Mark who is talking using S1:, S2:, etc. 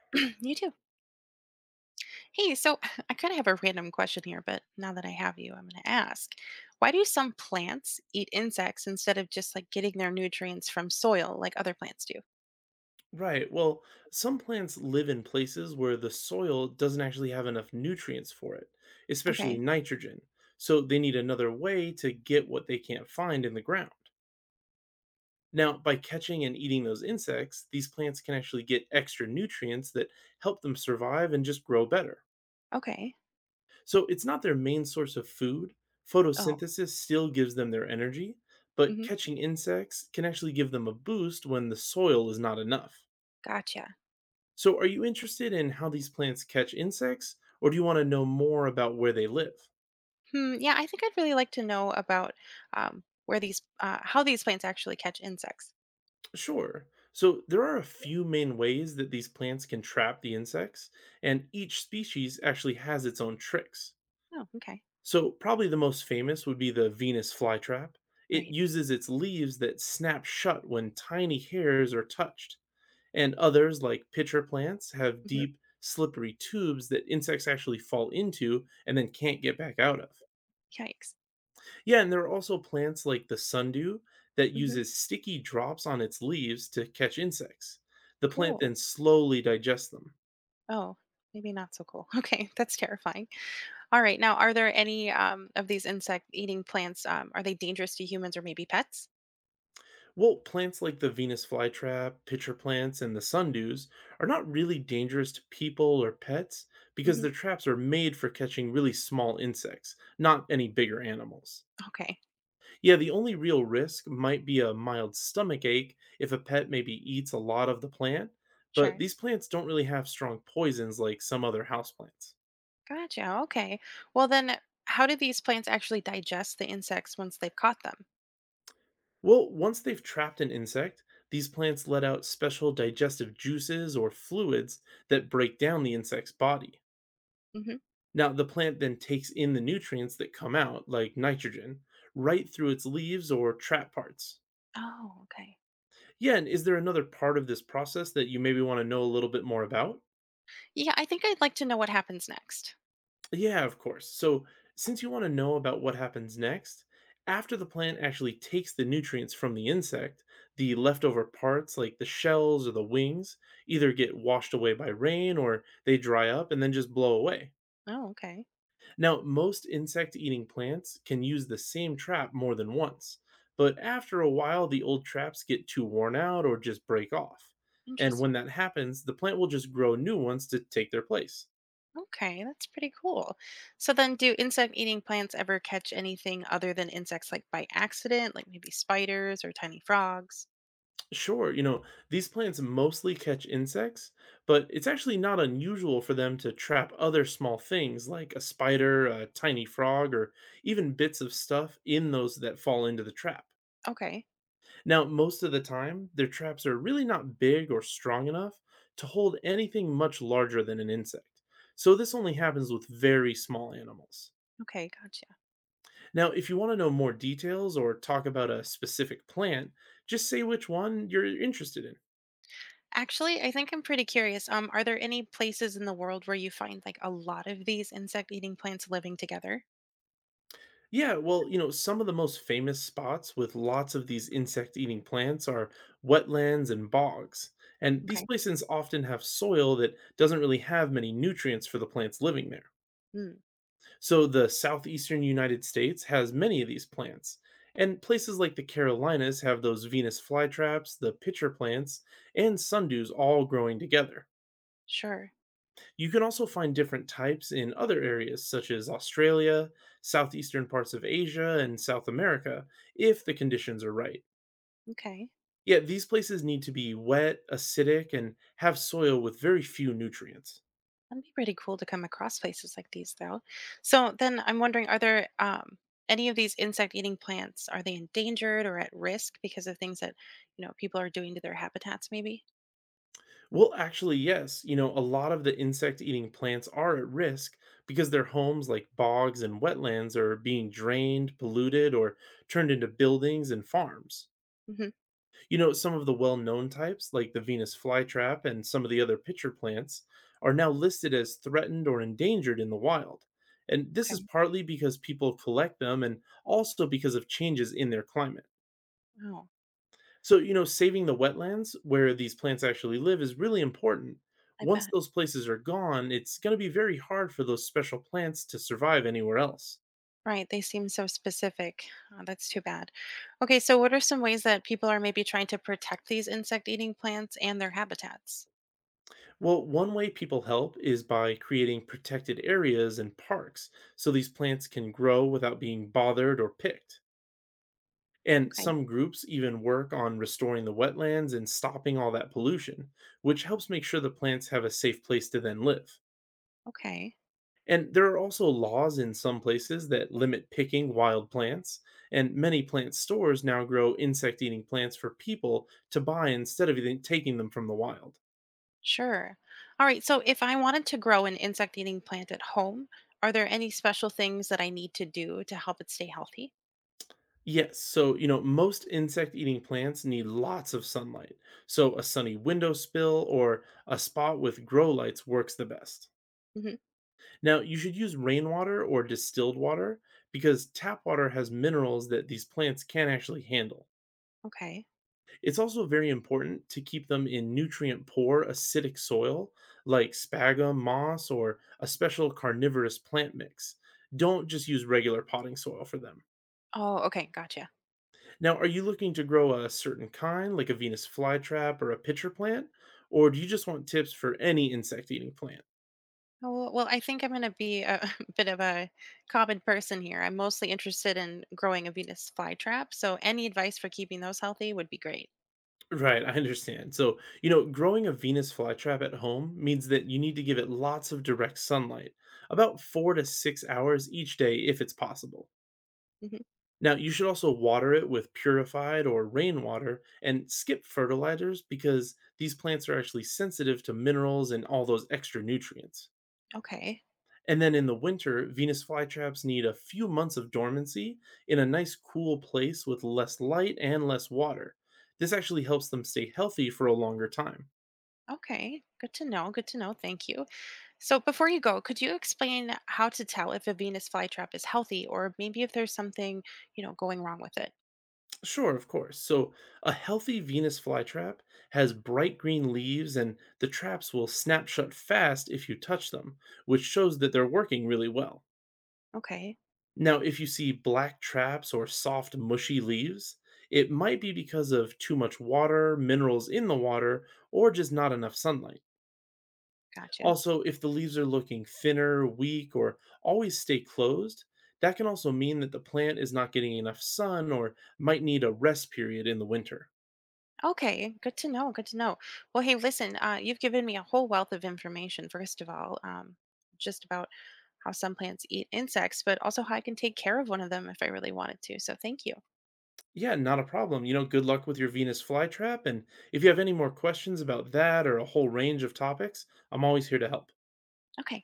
S1: You too. Hey, so I kind of have a random question here, but now that I have you, I'm going to ask. Why do some plants eat insects instead of just like getting their nutrients from soil like other plants do?
S2: Right. Well, some plants live in places where the soil doesn't actually have enough nutrients for it, especially
S1: Okay.
S2: nitrogen. So they need another way to get what they can't find in the ground. Now, by catching and eating those insects, these plants can actually get extra nutrients that help them survive and just grow better.
S1: Okay.
S2: So it's not their main source of food.
S1: Oh,
S2: Photosynthesis still gives them their energy, but
S1: hmm,
S2: catching insects can actually give them a boost when the soil is not enough.
S1: gotcha.
S2: So, are you interested in how these plants catch insects, or do you want to know more about where they live?
S1: Hmm. Yeah, I think I'd really like to know about where these, how these plants actually catch insects.
S2: Sure. So, there are a few main ways that these plants can trap the insects, and each species actually has its own tricks.
S1: Oh, okay.
S2: So, probably the most famous would be the Venus flytrap. It
S1: Right.
S2: uses its leaves that snap shut when tiny hairs are touched. And others, like pitcher plants, have
S1: Hmm.
S2: deep, slippery tubes that insects actually fall into and then can't get back out of.
S1: Yikes.
S2: Yeah, and there are also plants like the sundew that
S1: Hmm.
S2: uses sticky drops on its leaves to catch insects. The plant
S1: Cool.
S2: then slowly digests them.
S1: Oh, maybe not so cool. Okay. That's terrifying. All right. Now, are there any of these insect-eating plants? Are they dangerous to humans or maybe pets?
S2: Well, plants like the Venus flytrap, pitcher plants, and the sundews are not really dangerous to people or pets because
S1: Hmm.
S2: their traps are made for catching really small insects, not any bigger animals.
S1: Okay.
S2: Yeah, the only real risk might be a mild stomach ache if a pet maybe eats a lot of the plant, but
S1: Sure.
S2: these plants don't really have strong poisons like some other houseplants.
S1: Gotcha. Okay. Well, then, how do these plants actually digest the insects once they've caught them?
S2: Well, once they've trapped an insect, these plants let out special digestive juices or fluids that break down the insect's body.
S1: Hmm.
S2: Now, the plant then takes in the nutrients that come out, like nitrogen, right through its leaves or trap parts.
S1: Oh, okay.
S2: Yeah, and is there another part of this process that you maybe want to know a little bit more about?
S1: Yeah, I think I'd like to know what happens next.
S2: Yeah, of course. So, since you want to know about what happens next, after the plant actually takes the nutrients from the insect, the leftover parts, like the shells or the wings, either get washed away by rain or they dry up and then just blow away.
S1: Oh, okay.
S2: Now, most insect eating plants can use the same trap more than once, but after a while, the old traps get too worn out or just break off. And when
S1: Interesting.
S2: that happens, the plant will just grow new ones to take their place.
S1: Okay, that's pretty cool. So then, do insect-eating plants ever catch anything other than insects, like by accident, like maybe spiders or tiny frogs?
S2: Sure, you know, these plants mostly catch insects, but it's actually not unusual for them to trap other small things like a spider, a tiny frog, or even bits of stuff in those that fall into the trap.
S1: Okay.
S2: Now, most of the time, their traps are really not big or strong enough to hold anything much larger than an insect. So, this only happens with very small animals.
S1: Okay. Gotcha.
S2: Now, if you want to know more details or talk about a specific plant, just say which one you're interested in.
S1: Actually, I think I'm pretty curious. Are there any places in the world where you find like a lot of these insect-eating plants living together?
S2: Yeah, well, you know, some of the most famous spots with lots of these insect eating plants are wetlands and bogs. And these
S1: Okay.
S2: places often have soil that doesn't really have many nutrients for the plants living there.
S1: Mm,
S2: So the southeastern United States has many of these plants, and places like the Carolinas have those Venus flytraps, the pitcher plants, and sundews all growing together.
S1: sure.
S2: You can also find different types in other areas such as Australia, southeastern parts of Asia, and South America if the conditions are right.
S1: Okay.
S2: Yet these places need to be wet, acidic, and have soil with very few nutrients.
S1: That'd be pretty cool to come across places like these, though. So then I'm wondering, are there any of these insect-eating plants, are they endangered or at risk because of things that, you know, people are doing to their habitats, maybe?
S2: Well, actually, yes. You know, a lot of the insect eating plants are at risk because their homes, like bogs and wetlands, are being drained, polluted, or turned into buildings and farms.
S1: Hmm.
S2: You know, some of the well known types, like the Venus flytrap and some of the other pitcher plants, are now listed as threatened or endangered in the wild. And this is
S1: Okay.
S2: partly because people collect them and also because of changes in their climate.
S1: Oh,
S2: So, you know, saving the wetlands where these plants actually live is really important.
S1: I
S2: Once
S1: bet.
S2: those places are gone, it's going to be very hard for those special plants to survive anywhere else.
S1: Right, they seem so specific. Oh, that's too bad. Okay, so what are some ways that people are maybe trying to protect these insect eating plants and their habitats?
S2: Well, one way people help is by creating protected areas and parks so these plants can grow without being bothered or picked. And
S1: Okay,
S2: some groups even work on restoring the wetlands and stopping all that pollution, which helps make sure the plants have a safe place to then live.
S1: okay,
S2: And there are also laws in some places that limit picking wild plants, and many plant stores now grow insect eating plants for people to buy instead of taking them from the wild.
S1: sure. All right, so if I wanted to grow an insect eating plant at home, are there any special things that I need to do to help it stay healthy?
S2: Yes, so you know, most insect eating plants need lots of sunlight. So a sunny window spill or a spot with grow lights works the best.
S1: Hmm.
S2: Now, you should use rainwater or distilled water because tap water has minerals that these plants can't actually handle.
S1: Okay.
S2: It's also very important to keep them in nutrient poor, acidic soil like sphagnum moss or a special carnivorous plant mix. Don't just use regular potting soil for them.
S1: Oh, okay, gotcha.
S2: Now, are you looking to grow a certain kind, like a Venus flytrap or a pitcher plant? Or do you just want tips for any insect eating plant?
S1: Oh, Well, I think I'm going to be a bit of a common person here. I'm mostly interested in growing a Venus flytrap, so any advice for keeping those healthy would be great.
S2: Right, I understand. So, you know, growing a Venus flytrap at home means that you need to give it lots of direct sunlight, about 4 to 6 hours each day if it's possible.
S1: Mhm.
S2: Now, you should also water it with purified or rainwater and skip fertilizers because these plants are actually sensitive to minerals and all those extra nutrients.
S1: Okay.
S2: And then in the winter, Venus flytraps need a few months of dormancy in a nice cool place with less light and less water. This actually helps them stay healthy for a longer time.
S1: Okay. Good to know. Good to know. Thank you. So, before you go, could you explain how to tell if a Venus flytrap is healthy or maybe if there's something, you know, going wrong with it?
S2: Sure, of course. So, a healthy Venus flytrap has bright green leaves, and the traps will snap shut fast if you touch them, which shows that they're working really well.
S1: Okay.
S2: Now, if you see black traps or soft, mushy leaves, it might be because of too much water, minerals in the water, or just not enough sunlight.
S1: Gotcha.
S2: Also, if the leaves are looking thinner, weak, or always stay closed, that can also mean that the plant is not getting enough sun or might need a rest period in the winter.
S1: Okay. Good to know. Good to know. Well, hey, listen, you've given me a whole wealth of information, first of all, just about how some plants eat insects, but also how I can take care of one of them if I really wanted to. So, thank you.
S2: Yeah, not a problem. You know, good luck with your Venus flytrap. And if you have any more questions about that or a whole range of topics, I'm always here to help.
S1: Okay.